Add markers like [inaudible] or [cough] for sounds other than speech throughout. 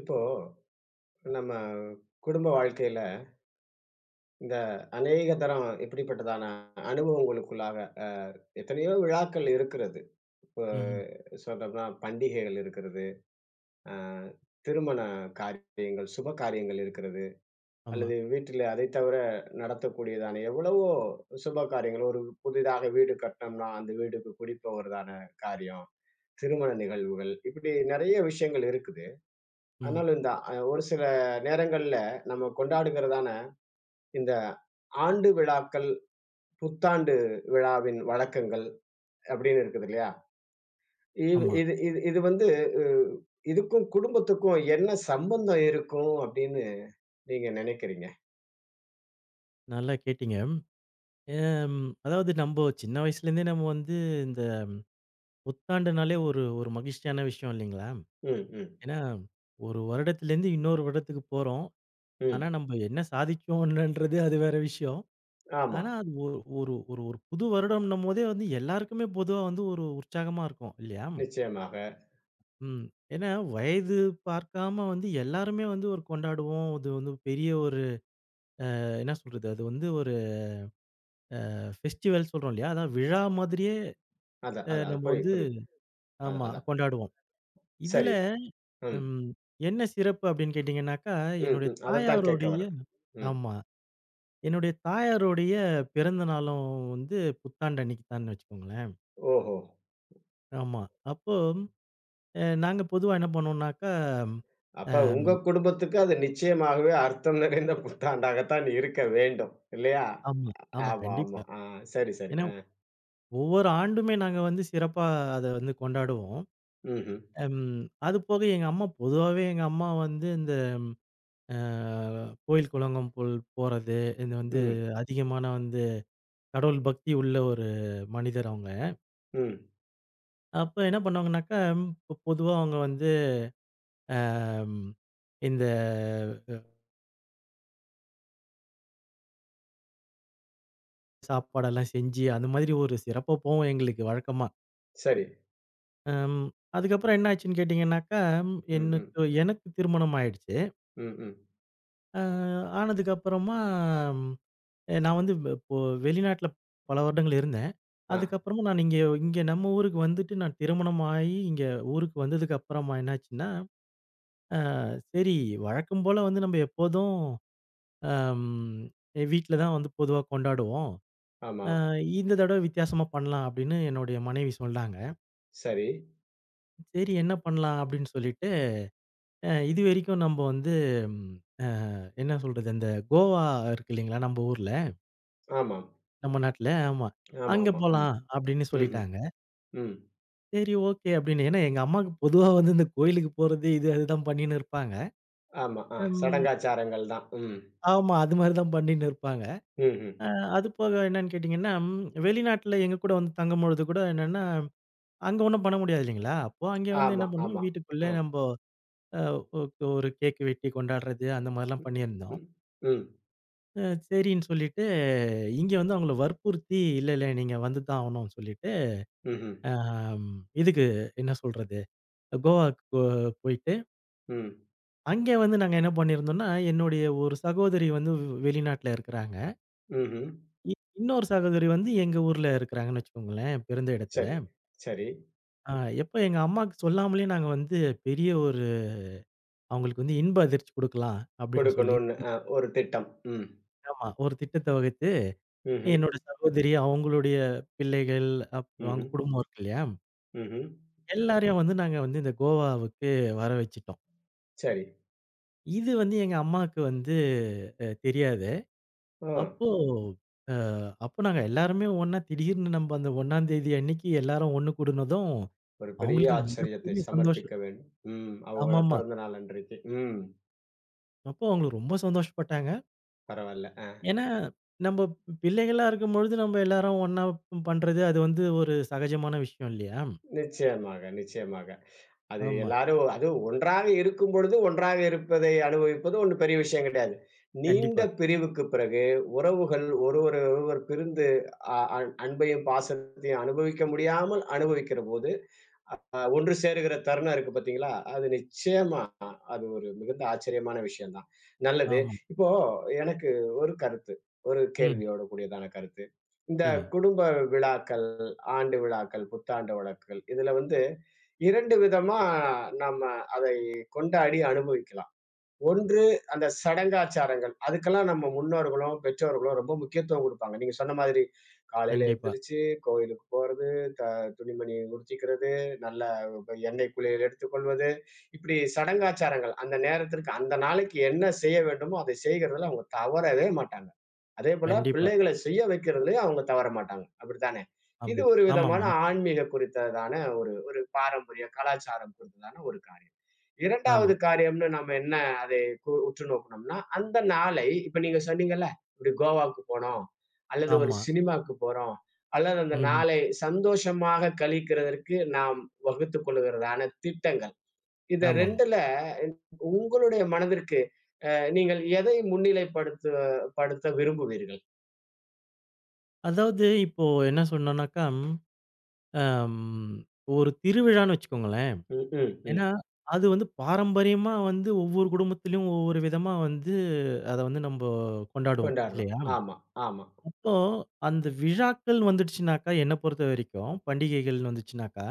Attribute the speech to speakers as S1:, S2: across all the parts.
S1: இப்போ நம்ம குடும்ப வாழ்க்கையில இந்த அநேக தரம் இப்படிப்பட்டதான அனுபவம் உங்களுக்குள்ளாக அஹ், எத்தனையோ விழாக்கள் இருக்கிறது. இப்போ
S2: ம்ஹ்ம்.
S1: சொல்றோம்னா பண்டிகைகள் இருக்கிறது, அஹ், திருமண காரியங்கள், சுப காரியங்கள் இருக்கிறது.
S2: ஆமா.
S1: அல்லது வீட்டில அதைத் தவிர நடத்தக்கூடியதான எவ்வளவோ சுப காரியங்கள். ஒரு புதிதாக வீடு கட்டினோம்னா அந்த வீட்டுக்கு குடி போவதான காரியம், திருமண நிகழ்வுகள் இப்படி நிறைய விஷயங்கள் இருக்குது.
S2: ம்.
S1: ஆனாலும் இந்த ஒரு சில நேரங்கள்ல நம்ம கொண்டாடுகிறதான இந்த ஆண்டு விழாக்கள், புத்தாண்டு விழாவின் வழக்கங்கள் அப்படின்னு இருக்குது இல்லையா? இது
S2: ஆமா.
S1: இது இது இது வந்து அ இதுக்கும் குடும்பத்துக்கும் என்ன சம்பந்தம் இருக்கும் அப்படின்னு நீங்க நினைக்கிறீங்க?
S2: நல்லா கேட்டீங்க. ஏம் அதாவது நம்ப சின்ன வயசுலேருந்தே நம்ம வந்து இந்த புத்தாண்டுனாலே ஒரு ஒரு மகிழ்ச்சியான விஷயம் இல்லைங்களா?
S1: ம், ம்,
S2: ஏன்னா, ஒரு வருடத்துலேருந்து இன்னொரு வருடத்துக்கு போறோம்.
S1: ம்.
S2: ஆனா, நம்ப என்ன சாதிச்சோம்ன்றது அது வேற விஷயம்.
S1: ஆமா.
S2: ஆனா, அது ஒ ஒரு ஒரு ஒரு புது வருடம்ன்னும்போதே வந்து எல்லாருக்குமே பொதுவா வந்து ஒரு உற்சாகமா இருக்கும் இல்லையா?
S1: நிச்சயமாக.
S2: ம். ஏன்னா, வயது பார்க்காம வந்து எல்லாருமே வந்து ஒரு கொண்டாடுவோம். அது வந்து பெரிய ஒரு என்ன சொல்றது? அது வந்து ஒரு ஃபெஸ்டிவல் சொல்றோம் இல்லையா? அதான் விழா மாதிரியே
S1: அதான், அதான். அது
S2: நம்ம
S1: புரியுது,
S2: வந்து
S1: புரியுது. அதான்,
S2: ஆமா
S1: அதான்.
S2: கொண்டாடுவோம். இதுல
S1: சரி. ம்,
S2: ம் என்ன சிறப்பு அப்படின்னு கேட்டீங்கன்னாக்கா,
S1: ம்,
S2: என்னுடைய
S1: ம். அதத்தான் கேட்க
S2: தாயாருடைய
S1: வரேன். ம்.
S2: ஆமா. என்னுடைய தாயாருடைய பிறந்த நாளும் வந்து புத்தாண்டு அன்னைக்கு தான்னு வச்சுக்கோங்களேன்.
S1: ஓஹோ!
S2: ஆமா. அப்போ நாங்க பொதுவா என்ன பண்ணுவோம்னாக்கா,
S1: அப்ப உங்க
S2: ம்
S1: குடும்பத்துக்கு அது நிச்சயமாகவே அர்த்தம் நிறைந்த புத்தாண்டாகத்தான் இருக்க வேண்டும். இல்லையா?
S2: ஆமா, ஆமா
S1: ஆமா, ஆமா.
S2: கண்டிப்பா.
S1: ஆ சரி, சரி.
S2: ஏன்னா
S1: ஆ.
S2: ஒவ்வொரு ஆண்டுமே நாங்க வந்து சிறப்பா அத வந்து கொண்டாடுவோம்.
S1: ம்ஹ்ம்.
S2: ம் அது போக எங்க அம்மா பொதுவாவே எங்க அம்மா வந்து இந்த அ கோயில் குளங்கள் போல் போறது, இது வந்து
S1: ம்,
S2: அதிகமான வந்து கடவுள் பக்தி உள்ள ஒரு மனிதர் அவங்க.
S1: ம்.
S2: அப்ப என்ன பண்ணுவாங்கனாக்கா, பொதுவா அவங்க வந்து அம் இந்த அ சாப்பாடெல்லாம் செஞ்சு அந்த மாதிரி ஒரு சிறப்பா போவும் எங்களுக்கு வழக்கமா.
S1: சரி.
S2: அம் அதுக்கப்புறம் என்ன ஆச்சுன்னு கேட்டீங்கன்னாக்கா,
S1: ம், ம்,
S2: எனக்கு எனக்கு திருமணம் ஆயிடுச்சு.
S1: ம், ம்.
S2: அ ஆனதுக்கு அப்புறமா நான் வந்து இப்போ வெளிநாட்ல பல வருடங்கள் இருந்தேன்.
S1: ஆ,
S2: அதுக்கப்புறமா நான் இங்க இங்க நம்ம ஊருக்கு வந்துட்டு நான் திருமணம் ஆயி, இங்க ஊருக்கு வந்ததுக்கு அப்புறமா என்னாச்சுன்னா, அ சரி வழக்கம் போல வந்து நம்ம எப்போதும் அம் வீட்ல தான் வந்து பொதுவா கொண்டாடுவோம்.
S1: ஆமா.
S2: அ இந்த தடவ வித்தியாசமா பண்ணலாம் அப்படின்னு என்னுடைய மனைவி சொன்னாங்க.
S1: சரி.
S2: சரி என்ன பண்ணலாம் அப்படின்னு சொல்லிட்டு, இதுவரைக்கும் நம்ப வந்து ம் அ என்ன சொல்றது, அந்த கோவா இருக்கு இல்லைங்களா? நம்ம ஊர்ல,
S1: ஆமாம்.
S2: நம்ம நாட்ல ஆமா. அங்க
S1: ஆமாமா. ம்,
S2: போலாம் அப்படின்னு
S1: ம்ஹ்ம்,
S2: சொல்லிட்டாங்க.
S1: ம்.
S2: சரி, ஓகே அப்படின்னு. ஏன்னா எங்க அம்மாவுக்கு பொதுவா வந்து இந்த கோயிலுக்கு போறது, இது அதுதான் பண்ணின்னு இருப்பாங்க.
S1: ஆமா. ஆ
S2: ம்.
S1: சடங்காச்சாரங்கள் தான். ம்,
S2: ஆமா. அது மாரி தான் பண்ணின்னு இருப்பாங்க.
S1: ம்ஹ்ம்.
S2: அ அது போக என்னன்னு கேட்டீங்கன்னா, வெளிநாட்ல எங்க கூட வந்து தங்கும்பொழுது கூட என்னன்னா, அங்க ஒண்ணும் பண்ண முடியாது இல்லைங்களா? அப்போ அங்க வந்து
S1: ஆமா,
S2: என்ன பண்ணோம்,
S1: ஆமா.
S2: வீட்டுக்குள்ளே
S1: ஆ.
S2: நம்ப அ ஒ ஒரு கேக் வெட்டி கொண்டாடுறது, அந்த மாரிலாம் பண்ணியிருந்தோம்.
S1: ம், ம், ம்,
S2: சரின்னு சொல்லிட்டு, இங்க வந்து அவங்கள வற்புறுத்தி, "இல்ல, இல்ல நீங்க வந்து தான் ஆவணும்னு" சொல்லிட்டு,
S1: ம்ஹ்ம்,
S2: அ இதுக்கு என்ன சொல்றது, கோவாக்கு போ போயிட்டு
S1: ம்,
S2: அங்கே வந்து நாங்க என்ன பண்ணியிருந்தோம்னா, என்னுடைய ஒரு சகோதரி வந்து வெளிநாட்ல இருக்கிறாங்க.
S1: ம்ஹ்ம்.
S2: இ இன்னொரு சகோதரி வந்து எங்க ஊர்ல இருக்கிறாங்கன்னு வச்சுக்கோங்களேன், பிறந்த இடத்துல.
S1: சரி, சரி.
S2: அ எப்ப எங்க அம்மாக்கு சொல்லாமலே நாங்க வந்து பெரிய ஒரு அவங்களுக்கு வந்து இன்ப அதிர்ச்சி குடுக்கலாம் அப்படின்னு சொல்லி
S1: கொடுக்கணும்னு ஒரு திட்டம். ம்,
S2: ஆமா. ஒரு திட்டத்த வகுத்து
S1: ம்ஹ்ம்,
S2: என்னோட சகோதரி, அவங்களுடைய பிள்ளைகள், அப்புறம் அவங்க
S1: ம்ஹ்ம்,
S2: குடும்பம் இருக்கு இல்லையா?
S1: ம்ஹ்ம்.
S2: எல்லாரையும் வந்து நாங்க வந்து இந்த கோவாவுக்கு வர வச்சுட்டோம்.
S1: சரி.
S2: இது வந்து எங்க அம்மாக்கு வந்து தெரியாது.
S1: ஆ
S2: அப்போ, அ அப்போ நாங்க எல்லாருமே ஒண்ணா திடீர்னு நம்ம அந்த 1 தேதி அன்னைக்கு எல்லாரும் ஒண்ணு கூடுனதும்,
S1: ஒரு பெரிய
S2: அவங்களுக்கு
S1: ஆச்சரியத்தை
S2: மிகப்பெரிய
S1: சமர்ப்பிக்க
S2: சந்தோஷம்.
S1: வேண்டும். ம். அவங்களோட
S2: ஆமாமா.
S1: பிறந்த நாள் அன்றைக்கு. ம்.
S2: அப்போ அவங்களுக்கு ரொம்ப சந்தோஷப்பட்டாங்க.
S1: பரவால்ல.
S2: ஏன்னா, நம்ம பிள்ளைகளா இருக்கும்பொழுது நம்ம எல்லாரும் ஒண்ணா பண்றது, அது வந்து ஒரு சகஜமான விஷயம் இல்லையா?
S1: நிச்சயமாக, நிச்சயமாக. அது
S2: ஆமா.
S1: எல்லாரும் அதுவும் ஒன்றாக இருக்கும்பொழுது, ஒன்றாக இருப்பதை அனுபவிப்பது ஒண்ணும் பெரிய விஷயம் கிடையாது. நீண்ட
S2: கண்டிப்பா.
S1: பிரிவுக்கு பிறகு உறவுகள் ஒருவரை ஒருவர் பிரிந்து அ அன் அன்பையும், பாசத்தையும் அனுபவிக்க முடியாமல் அனுபவிக்கிறபோது, ஒன்று சேருகிற தருணம் இருக்கு பார்த்தீங்களா? அது நிச்சயமா அது ஒரு மிகுந்த ஆச்சரியமான விஷயம் தான். நல்லது.
S2: ஆமா.
S1: இப்போ எனக்கு ஒரு கருத்து. ஒரு
S2: ம்.
S1: கேள்வியோட கூடியதான கருத்து. இந்த
S2: கேளுங்க.
S1: குடும்ப விழாக்கள், ஆண்டு விழாக்கள், புத்தாண்டு வழக்குகள் இதுல வந்து 2 விதமா நம்ம அதை கொண்டாடி அனுபவிக்கலாம். ஒன்று அந்த சடங்காச்சாரங்கள். அதுக்கெல்லாம் நம்ம முன்னோர்களோ, பெற்றோர்களோ ரொம்ப முக்கியத்துவம் குடுப்பாங்க. நீங்க சொன்ன மாதிரி காலையில
S2: கண்டிப்பா,
S1: எந்திரிச்சு கோயிலுக்கு போறது, த துணிமணி உடுத்திக்கிறது, நல்ல எண்ணெய் குளியல் எடுத்துக்கொள்வது, இப்படி சடங்காச்சாரங்கள். அந்த நேரத்திற்கு அந்த நாளைக்கு என்ன செய்ய வேண்டுமோ, அதை செய்கிறதுல அவங்க தவறவே மாட்டாங்க. அதேபோல
S2: கண்டிப்பா.
S1: பிள்ளைகள செய்ய வைக்கிறதுலயும் அவங்க தவற மாட்டாங்க. அப்படித்தானே? இது
S2: ஆமா.
S1: ஒரு விதமான
S2: ஆமாமா. நிச்சயமா.
S1: ஆன்மீக குறித்ததான ஒரு ஒரு பாரம்பரிய கலாச்சாரம் குறித்ததான ஒரு காரியம். 2வது
S2: ஆமா,
S1: காரியம்னு நம்ம என்ன அதை உற்று நோக்குனோம்னா, அந்த நாளை இப்ப நீங்க சொன்னீங்கல்ல, "இப்படி கோவாக்கு போனோம், அல்லது ஒரு
S2: ஆமா.
S1: சினிமாக்கு போறோம், அல்லது அந்த
S2: ம்.
S1: நாளை சந்தோஷமாக கழிக்கிறதற்கு நாம் வகுத்துக் கொள்ளுகிறதான திட்டங்கள்." இந்த
S2: ஆமாமா.
S1: 2ல உங்களுடைய மனதிற்கு நீங்கள் எதை முன்னிலைப்படுத்த படுத்த விரும்புவீர்கள்?
S2: அதாவது இப்போ என்ன சொன்னோம்னாக்கா, அம் ஒரு திருவிழான்னு வச்சுக்கோங்களேன்.
S1: ம், ம், ம்.
S2: ஏன்னா, அது வந்து பாரம்பரியமா வந்து ஒவ்வொரு குடும்பத்திலயும் ஒவ்வொரு விதமா வந்து அத வந்து நம்ப கொண்டாடுவோம்
S1: கொண்டாடுறோம்.
S2: இல்லையா?
S1: ஆமா, ஆமா.
S2: அப்போ அந்த விழாக்கள் வந்துடுச்சுனாக்கா, என்ன பொறுத்த வரைக்கும் பண்டிகைகள்னு வந்துச்சுனாக்கா,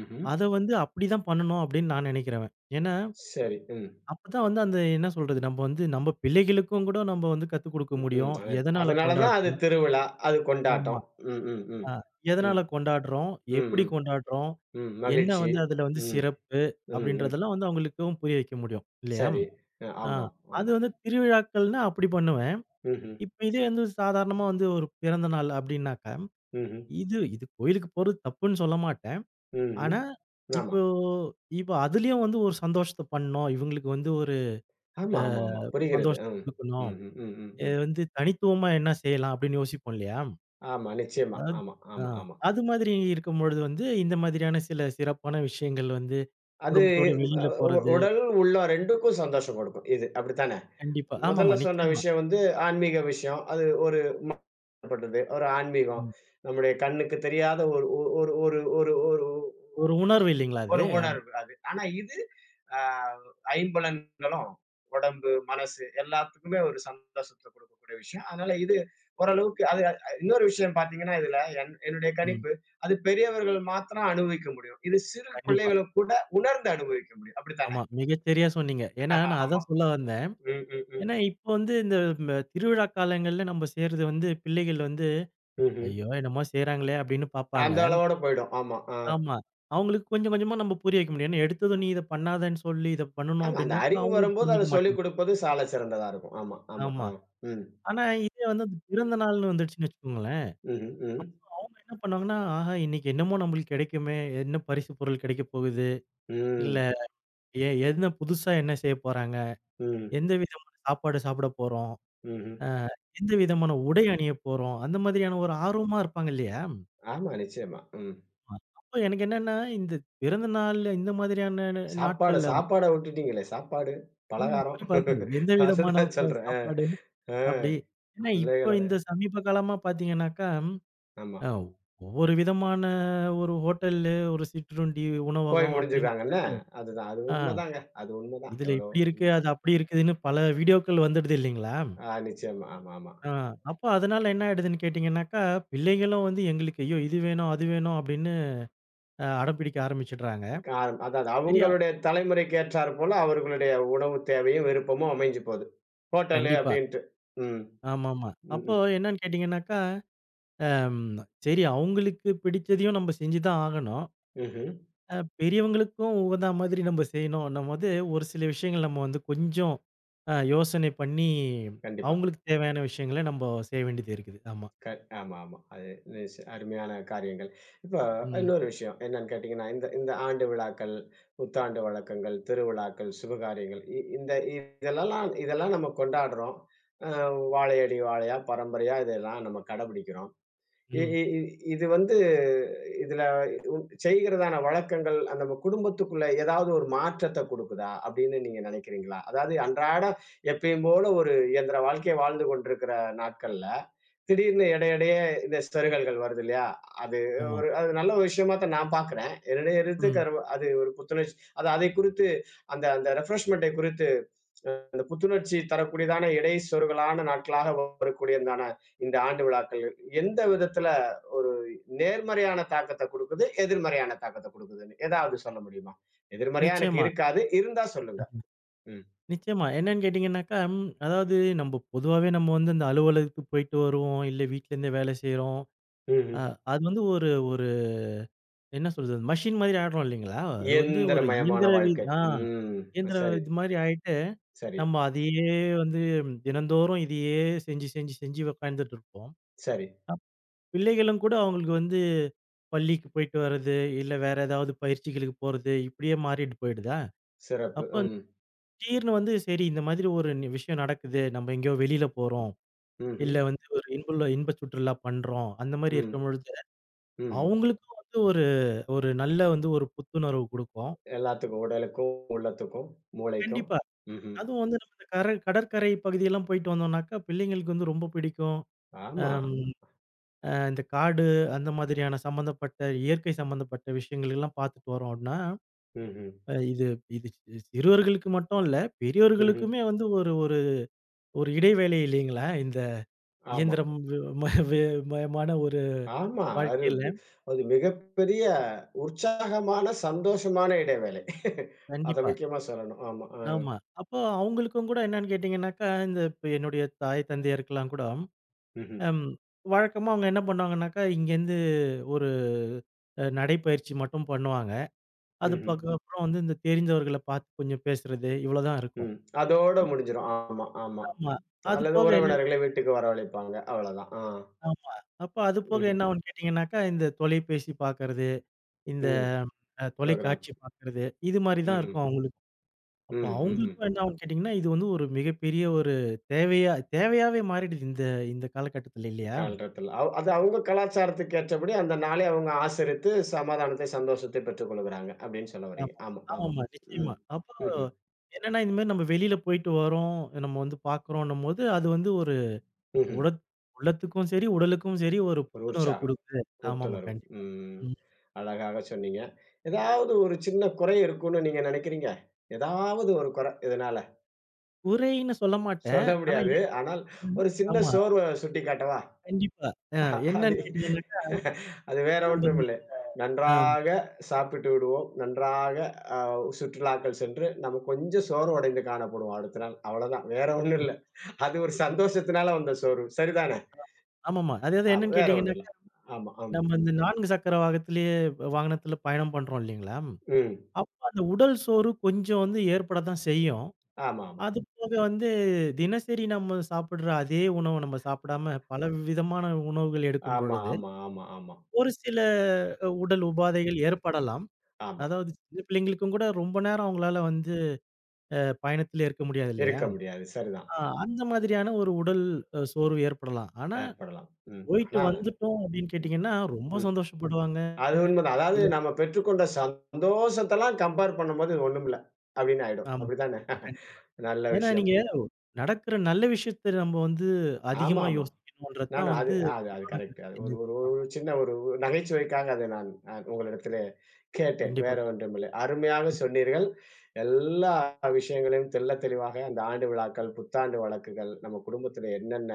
S1: ம்ஹ்ம்.
S2: அத வந்து அப்படிதான் பண்ணணும் அப்படின்னு நான் நினைக்கிறவன். ஏன்னா,
S1: சரி. ம்.
S2: அப்பதான் வந்து அந்த என்ன சொல்றது? நம்ப வந்து நம்ப பிள்ளைகளுக்கும் கூட நம்ப வந்து கத்துக் குடுக்க
S1: ம், ம்.
S2: முடியும்.
S1: அத
S2: எதனால
S1: அதனால தான் அது
S2: கொண்டாடுறோம்?
S1: திருவிழா, அது
S2: ஆமா.
S1: கொண்டாட்டம். ம், ம், ம்.
S2: அ
S1: ம்.
S2: எதனால கொண்டாடுறோம்?
S1: ம்,
S2: எப்படி
S1: ம்.
S2: கொண்டாடுறோம்?
S1: ம்.
S2: என்ன
S1: மகிழ்ச்சி.
S2: வந்து அதுல வந்து
S1: ம்.
S2: சிறப்பு?
S1: ம், ம்.
S2: அப்படின்றதெல்லாம் வந்து அவங்களுக்கும் புரிய வைக்க முடியும் இல்லையா?
S1: சரி. அ
S2: ஆ.
S1: ஆமா,
S2: அது
S1: ஆமா.
S2: வந்து திருவிழாக்கள்னா அப்படி பண்ணுவேன்.
S1: ம்ஹ்ம்.
S2: இப்ப இதே வந்து சாதாரணமா வந்து ஒரு பிறந்த நாள் அப்படின்னாக்கா,
S1: ம்ஹ்ம்.
S2: இது இது கோயிலுக்கு போறது தப்புன்னு சொல்ல மாட்டேன்.
S1: ம்ஹ்ம்.
S2: ஆனா,
S1: ஆமா.
S2: இப்போ இப்போ அதுலயும் வந்து ஒரு சந்தோஷத்த பண்ணணும். இவங்களுக்கு வந்து ஒரு
S1: ஆமா,
S2: அ
S1: ஆமா, ஆமா. புரிகிறது.
S2: சந்தோஷத்த
S1: ம்.
S2: குடுக்கணும்.
S1: ம்ஹ்ம். ம், ம், ம்.
S2: வந்து தனித்துவமா என்ன செய்யலாம் அப்படின்னு யோசிப்போம் இல்லையா?
S1: ஆமா, நிச்சயமா.
S2: அதாவது
S1: ஆமா,
S2: ஆ
S1: ஆமா, ஆமா.
S2: அது மாதிரி இருக்கும்பொழுது வந்து இந்த மாதிரியான சில சிறப்பான விஷயங்கள் வந்து
S1: அது
S2: குடும்பத்தோட
S1: அ
S2: வெளியில
S1: உ
S2: போறது.
S1: உடல், உள்ளம் 2க்கும் சந்தோஷம் கொடுக்கும் இது. அப்படித்தானே?
S2: கண்டிப்பா.
S1: முதல்ல
S2: ஆமாமா,
S1: சொன்ன
S2: நிச்சயமா.
S1: விஷயம் வந்து ஆன்மீக விஷயம். அது ஒரு பட்டது. ஒரு ஆன்மீகம்.
S2: ம்.
S1: நம்முடைய கண்ணுக்கு தெரியாத ஒரு ஒரு ஒரு ஒரு ஒரு ஒரு-
S2: ஒரு
S1: என்ன
S2: உணர்வு
S1: சொல்றது?
S2: இல்லைங்களா அது?
S1: ஒரு
S2: ஆமா.
S1: உணர்வு அது. ஆனா இது அ ஐம்பலன்களும் உடம்பு, மனசு எல்லாத்துக்குமே ஒரு சந்தோஷத்த குடுக்கக்கூடிய விஷயம். அதனால இது ஓரளவுக்கு அது அ இன்னொரு விஷயம் பார்த்தீங்கன்னா, இதுல என்னுடைய
S2: ம்.
S1: கணிப்பு, அது பெரியவர்கள் மாத்திரம் அனுபவிக்க முடியும். இது சிறு
S2: கண்டிப்பா.
S1: பிள்ளைகளும் கூட உணர்ந்து அனுபவிக்க முடியும். அப்படித்தானே?
S2: ஆமா. மிகச் சரியா சொன்னீங்க. ஏன்னா,
S1: [laughs]
S2: நான்
S1: ஆமா.
S2: அதான் சொல்ல வந்தேன்.
S1: ம், ம், ம்.
S2: ஏன்னா, இப்ப வந்து இந்த திருவிழா காலங்கள்ல நம்ம செய்றது வந்து பிள்ளைகள் வந்து,
S1: ம்ஹ்ம்.
S2: "ஐயோ! என்னமோ செய்றாங்களே" அப்படின்னு பாப்பாங்க.
S1: அந்த அளவோட போயிடும். ஆமா. ஆ.
S2: ஆமா. அவங்களுக்கு கொஞ்சம் கொஞ்சமா நம்ம புரிய வைக்க முடியும். ஏன்னா, எடுத்ததும் நீ இத பண்ணாதன்னு சொல்லி இத பண்ணணும்
S1: ஆமா. அந்த
S2: அப்படின்னாக்கா,
S1: அறிவு
S2: அவங்களும்
S1: வரும்போது அத
S2: புரிஞ்சுக்க
S1: சொல்லிக்
S2: மாட்டாங்க.
S1: குடுப்பது சால சிறந்ததா இருக்கும். ஆமா, ஆமா.
S2: ஆமா.
S1: ஆ. ம்.
S2: ஆனா, இதே வந்து அந்த பிறந்த நாள்னு வந்துடுச்சுன்னு வச்சுக்கோங்களேன்,
S1: ம்ஹ்ம். ம்.
S2: அவங்க என்ன பண்ணுவாங்கன்னா, "ஆஹா! இன்னைக்கு என்னமோ நம்மளுக்கு கிடைக்குமே! என்ன பரிசு பொருள் கிடைக்கப் போகுது? இல்ல
S1: ம்.
S2: என்ன புதுசா என்ன செய்யப் போறாங்க?
S1: ம்.
S2: எந்த விதமான சாப்பாடு சாப்பிடப் போறோம்?"
S1: ம்ஹ்ம்.
S2: எந்த விதமான உடை அணிய போறோம்? அந்த மாதிரியான ஒரு ஆர்வமா இருப்பாங்க இல்லையா?
S1: ஆமா, நிச்சயமா. ம்.
S2: அப்ப எனக்கு என்னன்னா, இந்த பிறந்த நாள் இந்த மாதிரியான
S1: சாப்பாடு
S2: நாட்கள்ல
S1: சாப்பாட விட்டுட்டீங்களே! சாப்பாடு, பலகாரம்
S2: குறிப்பா
S1: [laughs]
S2: அது எந்த விதமான
S1: அதுதான் சொல்றேன்.
S2: சாப்பாடு
S1: அ, அ
S2: அப்படி. ஏன்னா இப்ப
S1: பிள்ளைகளோட
S2: இந்த சமீப காலமா பார்த்தீங்கன்னாக்கா,
S1: ஆமா.
S2: அ ஒவ்வொரு விதமான ஒரு ஹோட்டல்லு, ஒரு சிற்றுண்டி
S1: போய்
S2: உணவகம் அப்படின்னு
S1: முடிஞ்சுறாங்கல்ல.
S2: போட்டுட்டு,
S1: அதுதான். அது
S2: ஆ
S1: உண்மதாங்க. அது உண்மதான்.
S2: இதுல
S1: எவ்வளோ
S2: இப்படி இருக்கு,
S1: ம்.
S2: அது அப்படி இருக்குதுன்னு பல வீடியோக்கள் வந்துடுது இல்லைங்களா?
S1: ஆ நிச்சயமா. ஆமா, ஆமா.
S2: ஆ அப்போ அதனால என்ன ஆயிடுதுன்னு கேட்டீங்கன்னாக்கா, பிள்ளைகளும் வந்து எங்களுக்கு ஐயோ! இது வேணும், அது வேணும் அப்படின்னு அடம் பிடிக்க ஆரம்பிச்சுடுறாங்க.
S1: காலம் அதாவது
S2: சரி
S1: அவங்களுடைய தலைமுறைக்கு ஏற்றார் போல அவர்களுடைய உணவு தேவையும், விருப்பமும் அமைஞ்சு போது. ஹோட்டலு
S2: கண்டிப்பா.
S1: அப்படின்ட்டு. ம்.
S2: ஆமாமா.
S1: ம்.
S2: அப்போ
S1: ம்
S2: என்னன்னு கேட்டீங்கன்னாக்கா, அம் சரி அவங்களுக்கு பிடிச்சதையும் நம்ம செஞ்சு தான் ஆகணும்.
S1: ம்ஹ்ம்.
S2: பெரியவங்களுக்கும் உகந்தா மாதிரி நம்ம செய்யணும்ன்னும் போது, ஒரு சில விஷயங்கள் நம்ம வந்து கொஞ்சம் யோசனை பண்ணி,
S1: கண்டிப்பா.
S2: அவங்களுக்கு தேவையான விஷயங்கள நம்ப செய்ய வேண்டியது இருக்குது. ஆமா.
S1: க ஆமா, ஆமா. அது நிஸ் அருமையான காரியங்கள். இப்ப
S2: ம்.
S1: இன்னொரு விஷயம் என்னன்னு கேட்டீங்கன்னா, இந்த இந்த ஆண்டு விழாக்கள், புத்தாண்டு வழக்கங்கள், திருவிழாக்கள், சுபகாரியங்கள் இ இந்த இதெல்லாம் இதெல்லாம் நம்ம கொண்டாடுறோம். அ வாழையடி வாழையா, பரம்பரையா இதெல்லாம் நம்ம கடைபிடிக்கிறோம். இ
S2: ம்.
S1: இ இ இது வந்து இதுல உ செய்கிறதான வழக்கங்கள் அந்த நம்ம குடும்பத்துக்குள்ள ஏதாவது ஒரு மாற்றத்த குடுக்குதா? அப்படின்னு நீங்க நினைக்கிறீங்களா? அதாவது அன்றாட எப்பயும் போல ஒரு இயந்திர வாழ்க்கைய வாழ்ந்து கொண்டிருக்கிற நாட்கள்ல, திடீர்னு இடையிடையே இந்த சருகல்கள் வருது இல்லையா? அது
S2: ஆமா.
S1: ஒரு அது நல்ல ஒரு விஷயமா தான் நான் பார்க்கிறேன். என்னுடைய
S2: ம்.
S1: எழுத்துக்கார்வ அது ஒரு புத்துணர்ச்சி அது அதை குறித்து அந்த அந்த ரெஃப்ரெஷ்மென்ட்டை குறித்து அந்த புத்துணர்ச்சி தரக்கூடியதான இடை சொருகலான நாட்களாக வரக்கூடியதான இந்த ஆண்டு விழாக்கள் எந்த விதத்தில ஒரு நேர்மறையான தாக்கத்த குடுக்குது, எதிர்மறையான தாக்கத்த குடுக்குதுன்னு ஏதாவது சொல்ல முடியுமா? எதிர்மறையா எனக்கு
S2: நிச்சயமா,
S1: இருக்காது. இருந்தா சொல்லுங்க. ம்.
S2: நிச்சயமா. என்னன்னு கேட்டீங்கன்னாக்கா, அதாவது நம்ம பொதுவாவே நம்ம வந்து இந்த அலுவலகத்துக்கு போயிட்டு வருவோம், இல்ல வீட்ல இருந்தே வேலை செய்றோம்.
S1: ம்ஹ்ம்.
S2: அ அது வந்து ஒரு ஒரு என்ன சொல்றது? மெஷின் மாதிரி ஆயிடுறோம் இல்லைங்களா? அது வந்து ஒரு
S1: இயந்திரமயமான
S2: இயந்திர வி
S1: வாழ்க்கை.
S2: ஆ
S1: ம்.
S2: இயந்திர
S1: சரி,
S2: இது மாரி ஆயிட்டு,
S1: சரி,
S2: நம்ம அதையே வந்து தினந்தோறும் இதையே செஞ்சு, செஞ்சு, செஞ்சு உட்காந்துட்டு இருப்போம்.
S1: சரி.
S2: அப் பிள்ளைகளும் கூட அவங்களுக்கு வந்து பள்ளிக்கு போயிட்டு வர்றது, இல்ல வேற ஏதாவது பயிற்சிகளுக்கு போறது, இப்படியே மாறிட்டு போயிடுதா?
S1: சிறப்பு.
S2: அப்ப
S1: ம்.
S2: திடீர்னு வந்து சரி இந்த மாதிரி ஒரு விஷயம் நடக்குது. நம்ம எங்கேயோ வெளியில போறோம்.
S1: ம்ஹ்ம்.
S2: இல்ல வந்து ஒரு இன்ப சுற்றுலா பண்றோம். அந்த மாரி
S1: ம்.
S2: இருக்கும் பொழுது,
S1: ம்.
S2: அவங்களுக்கும் வந்து ஒரு ஒரு நல்ல வந்து ஒரு புத்துணர்வு குடுக்கும்.
S1: எல்லாத்துக்கும் உடலுக்கும், உள்ளத்துக்கும், மூளைக்கும்.
S2: கண்டிப்பா.
S1: ம்ஹ்ம்.
S2: அதுவும் வந்து நம்ம இந்த கடற்கரை பகுதியெல்லாம் போயிட்டு வந்தோம்னாக்கா, பிள்ளைங்களுக்கு வந்து ரொம்ப பிடிக்கும்.
S1: ஆமா.
S2: அம் இந்த காடு அந்த மாதிரியான சம்மந்தப்பட்ட இயற்கை சம்மந்தப்பட்ட விஷயங்களுக்கெல்லாம் பார்த்துட்டு வரோம் அப்படின்னா,
S1: ம்ஹ்ம்.
S2: இது இது சிறுவர்களுக்கு மட்டும் இல்ல,
S1: ம்ஹ்ம்.
S2: பெரியவர்களுக்குமே வந்து ஒரு ஒரு ஒரு இடைவேளை இல்லைங்களா? இந்த
S1: ஆமா.
S2: இயந்திரம் வி- ம வே மயமான ஒரு
S1: ஆமா. அது
S2: வாழ்க்கையில.
S1: பி- அது மிகப்பெரிய உற்சாகமான, சந்தோஷமான இடைவேளை. அத
S2: கண்டிப்பா.
S1: முக்கியமா சொல்லணும். ஆமா. அ.
S2: ஆமா. அப்போ அவங்களுக்கும் கூட என்னன்னு கேட்டீங்கன்னாக்கா, இந்த இப்ப என்னுடைய தாய் தந்தையருக்கெல்லாம் கூட
S1: ம்ஹ்ம்.
S2: அம் வழக்கமா அவங்க என்ன பண்ணுவாங்கன்னாக்கா, இங்கேருந்து ஒரு நடைப்பயிற்சி மட்டும் பண்ணுவாங்க. அது
S1: ம்ஹ்ம்.
S2: பக்க அப்புறம் வந்து இந்த தெரிந்தவர்கள பார்த்து கொஞ்சம் பேசுறது, இவ்வளோதான் இருக்கும்.
S1: ம். அதோட முடிஞ்சிரும். ஆமா, ஆமா.
S2: ஆமா. அது
S1: அல்லது
S2: போக என்னன்னு
S1: உறவினர்களை
S2: கேட்டா
S1: வீட்டுக்கு வரவழைப்பாங்க. அவ்வளதான். ஆ.
S2: ஆமா. அப்ப அது போக
S1: ம்ஹ்ம்.
S2: என்ன ஆகும்ன்னு கேட்டீங்கன்னாக்கா, இந்த தொலைபேசி பார்க்கறது, இந்த
S1: ம். புரோகிராம்.
S2: தொலைக்காட்சி பார்க்கறது, இது மாரி தான்
S1: ம்ஹ்ம்.
S2: இருக்கும் அவங்களுக்கும். அப்போ
S1: ம். ம். ம்.
S2: அவங்களுக்கும் என்ன ஆகும்ன்னு கேட்டீங்கன்னா, இது வந்து ஒரு மிகப்பெரிய ஒரு தேவையாவே மாறிடுது இந்த இந்த காலகட்டத்தில இல்லையா?
S1: காலகட்டத்தில். அவ் அது அவங்க கலாச்சாரத்துக்கு ஏற்றபடி அந்த நாளை அவங்க ஆசரித்து சமாதானத்தை, சந்தோஷத்தை பெற்றுக்கொள்கிறாங்க அப்படின்னு சொல்ல வர்றீங்க.
S2: ஆமா.
S1: ஆமா, ஆமா.
S2: ஆமாமா.
S1: ம்.
S2: நிச்சயமா. அப்போ
S1: ம்ஹ்ம்.
S2: என்னன்னா, இந்த மாரி நம்ம வெளியில போயிட்டு வரோம், நம்ம வந்து பார்க்குறோன்னும்போது, அது வந்து ஒரு
S1: ம்ஹ்ம்.
S2: உடத் உள்ளத்துக்கும் சரி, உடலுக்கும் சரி ஒரு
S1: ஒரு
S2: புத்துணர்வு
S1: உற்சாகம்,
S2: குடுக்குது. ஆமாமா.
S1: புத்துணர்வு.
S2: கண்டிப்பா.
S1: ம்.
S2: ம்.
S1: அழகாக சொன்னீங்க. ஏதாவது ஒரு சின்ன குறை இருக்கும்னு நீங்க நினைக்கிறீங்க? ஏதாவது ஒரு குறை இதனால?
S2: குறைன்னு சொல்ல மாட்டேன்.
S1: சொல்ல
S2: ஆனா
S1: முடியாது.
S2: [unintelligible]
S1: ஆனால்
S2: என்னன்னா
S1: ஒரு சின்ன
S2: ஆமா.
S1: சோர்வ சுட்டிக்காட்டவா?
S2: கண்டிப்பா. அ
S1: அது
S2: என்னன்னு கேட்டீங்கன்னாக்கா,
S1: அது வேற
S2: நம்ம இந்த
S1: ஒன்றுமில்லை.
S2: அ
S1: நன்றாக சாப்பிட்டு விடுவோம். நன்றாக அ சுற்றுலாக்கள் சென்று, நம்ம கொஞ்சம் சோர்வு அடைந்து காணப்படுவோம் அடுத்த நாள். அவ்வளதான். வேற ஒண்ணும் இல்ல. அது ஒரு சந்தோஷத்தினால வந்த சோர்வு. சரிதானே?
S2: ஆமாமா. அதாவது
S1: ஆமா.
S2: என்னன்னு
S1: வேற ஒண்ணும் இல்ல.
S2: கேட்டீங்கன்னாக்கா,
S1: ஆமா, ஆமா.
S2: நம்ம இந்த 4 சக்கர வாகத்திலேயே வாகனத்தில பயணம் பண்றோம் இல்லைங்களா?
S1: ம்.
S2: அப்ப அந்த உடல் சோர்வு கொஞ்சம் வந்து ஏற்பட தான் செய்யும்.
S1: ஆமா, ஆமா.
S2: அது போக வந்து தினசரி நம்ம சாப்பிடுற அதே உணவ நம்ம சாப்பிடாம பல விதமான உணவுகள் எடுக்கும்
S1: ஆமா,
S2: பொழுது,
S1: ஆமா, ஆமா, ஆமா,
S2: ஒரு சில உடல் உபாதைகள் ஏற்படலாம்.
S1: ஆமா.
S2: அதாவது சின்ன பிள்ளைங்களுக்கும் கூட ரொம்ப நேரம் அவங்களால வந்து அ பயணத்துல இருக்க முடியாது இல்லையா?
S1: இருக்க முடியாது. சரிதான்.
S2: ஆ அந்த மாதிரியான ஒரு உடல் சோர்வு ஏற்படலாம். ஆனா
S1: ஏற்படலாம். ம்.
S2: போயிட்டு
S1: ஆனா அது
S2: வந்துட்டோம் அப்படின்னு
S1: ம்,
S2: கேட்டீங்கன்னா, ரொம்ப
S1: ம்.
S2: சந்தோஷப்படுவாங்க.
S1: அது உண்மதான். அதாவது
S2: இல்ல
S1: நம்ம பெற்றுக்கொண்ட சந்தோஷத்தலாம் கம்பேர் பண்ணும்போது இது ஒண்ணுமில்ல. அப்படின்னு ஆயிடும்.
S2: ஆமா.
S1: அப்படித்தானே?
S2: கண்டிப்பா, கண்டிப்பா.
S1: நல்ல
S2: ஏன்னா
S1: விஷயம்.
S2: நீங்க நடக்கிற நல்ல விஷயத்த நம்ம வந்து அதிகமா
S1: ஆமாமா.
S2: யோசிக்கணும்ன்றது
S1: நான்
S2: தான்
S1: அது
S2: வந்து
S1: அது அது
S2: பொதுவான
S1: கரெக்ட். அது
S2: கருத்து
S1: ஒரு
S2: என்னது.
S1: ஒரு ஒரு
S2: ஆமா.
S1: ஒரு சின்ன ஒரு ஒரு நகைச்சுவைக்காக அதை நான் நான் உங்களிடத்திலே கேட்டேன்.
S2: கண்டிப்பா.
S1: வேற ஒன்றுமில்லை. அருமையாக சொன்னீர்கள். எல்லா விஷயங்களையும் தெள்ள தெளிவாக அந்த ஆண்டு விழாக்கள், புத்தாண்டு வழக்குகள், நம்ம குடும்பத்தில என்னென்ன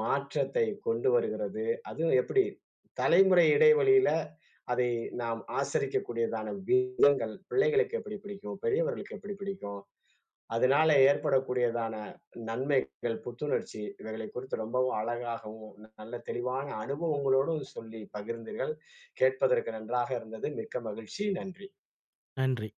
S1: மாற்றத்தை கொண்டு வருகிறது, அதுவும் எப்படி தலைமுறை இடைவெளியில அதை நாம் ஆசரிக்கக்கூடியதான விதங்கள், பிள்ளைகளுக்கு எப்படி பிடிக்கும், பெரியவர்களுக்கு எப்படி பிடிக்கும். அதனால ஏற்படக்கூடியதான நன்மைகள், புத்துணர்ச்சி இவைகளை குறித்து ரொம்பவும் அழகாகவும், நல்ல தெளிவான அனுபவங்களோடும் சொல்லி பகிர்ந்தீர்கள். கேட்பதற்கு நன்றாக இருந்தது. மிக்க மகிழ்ச்சி. நன்றி.
S2: நன்றி.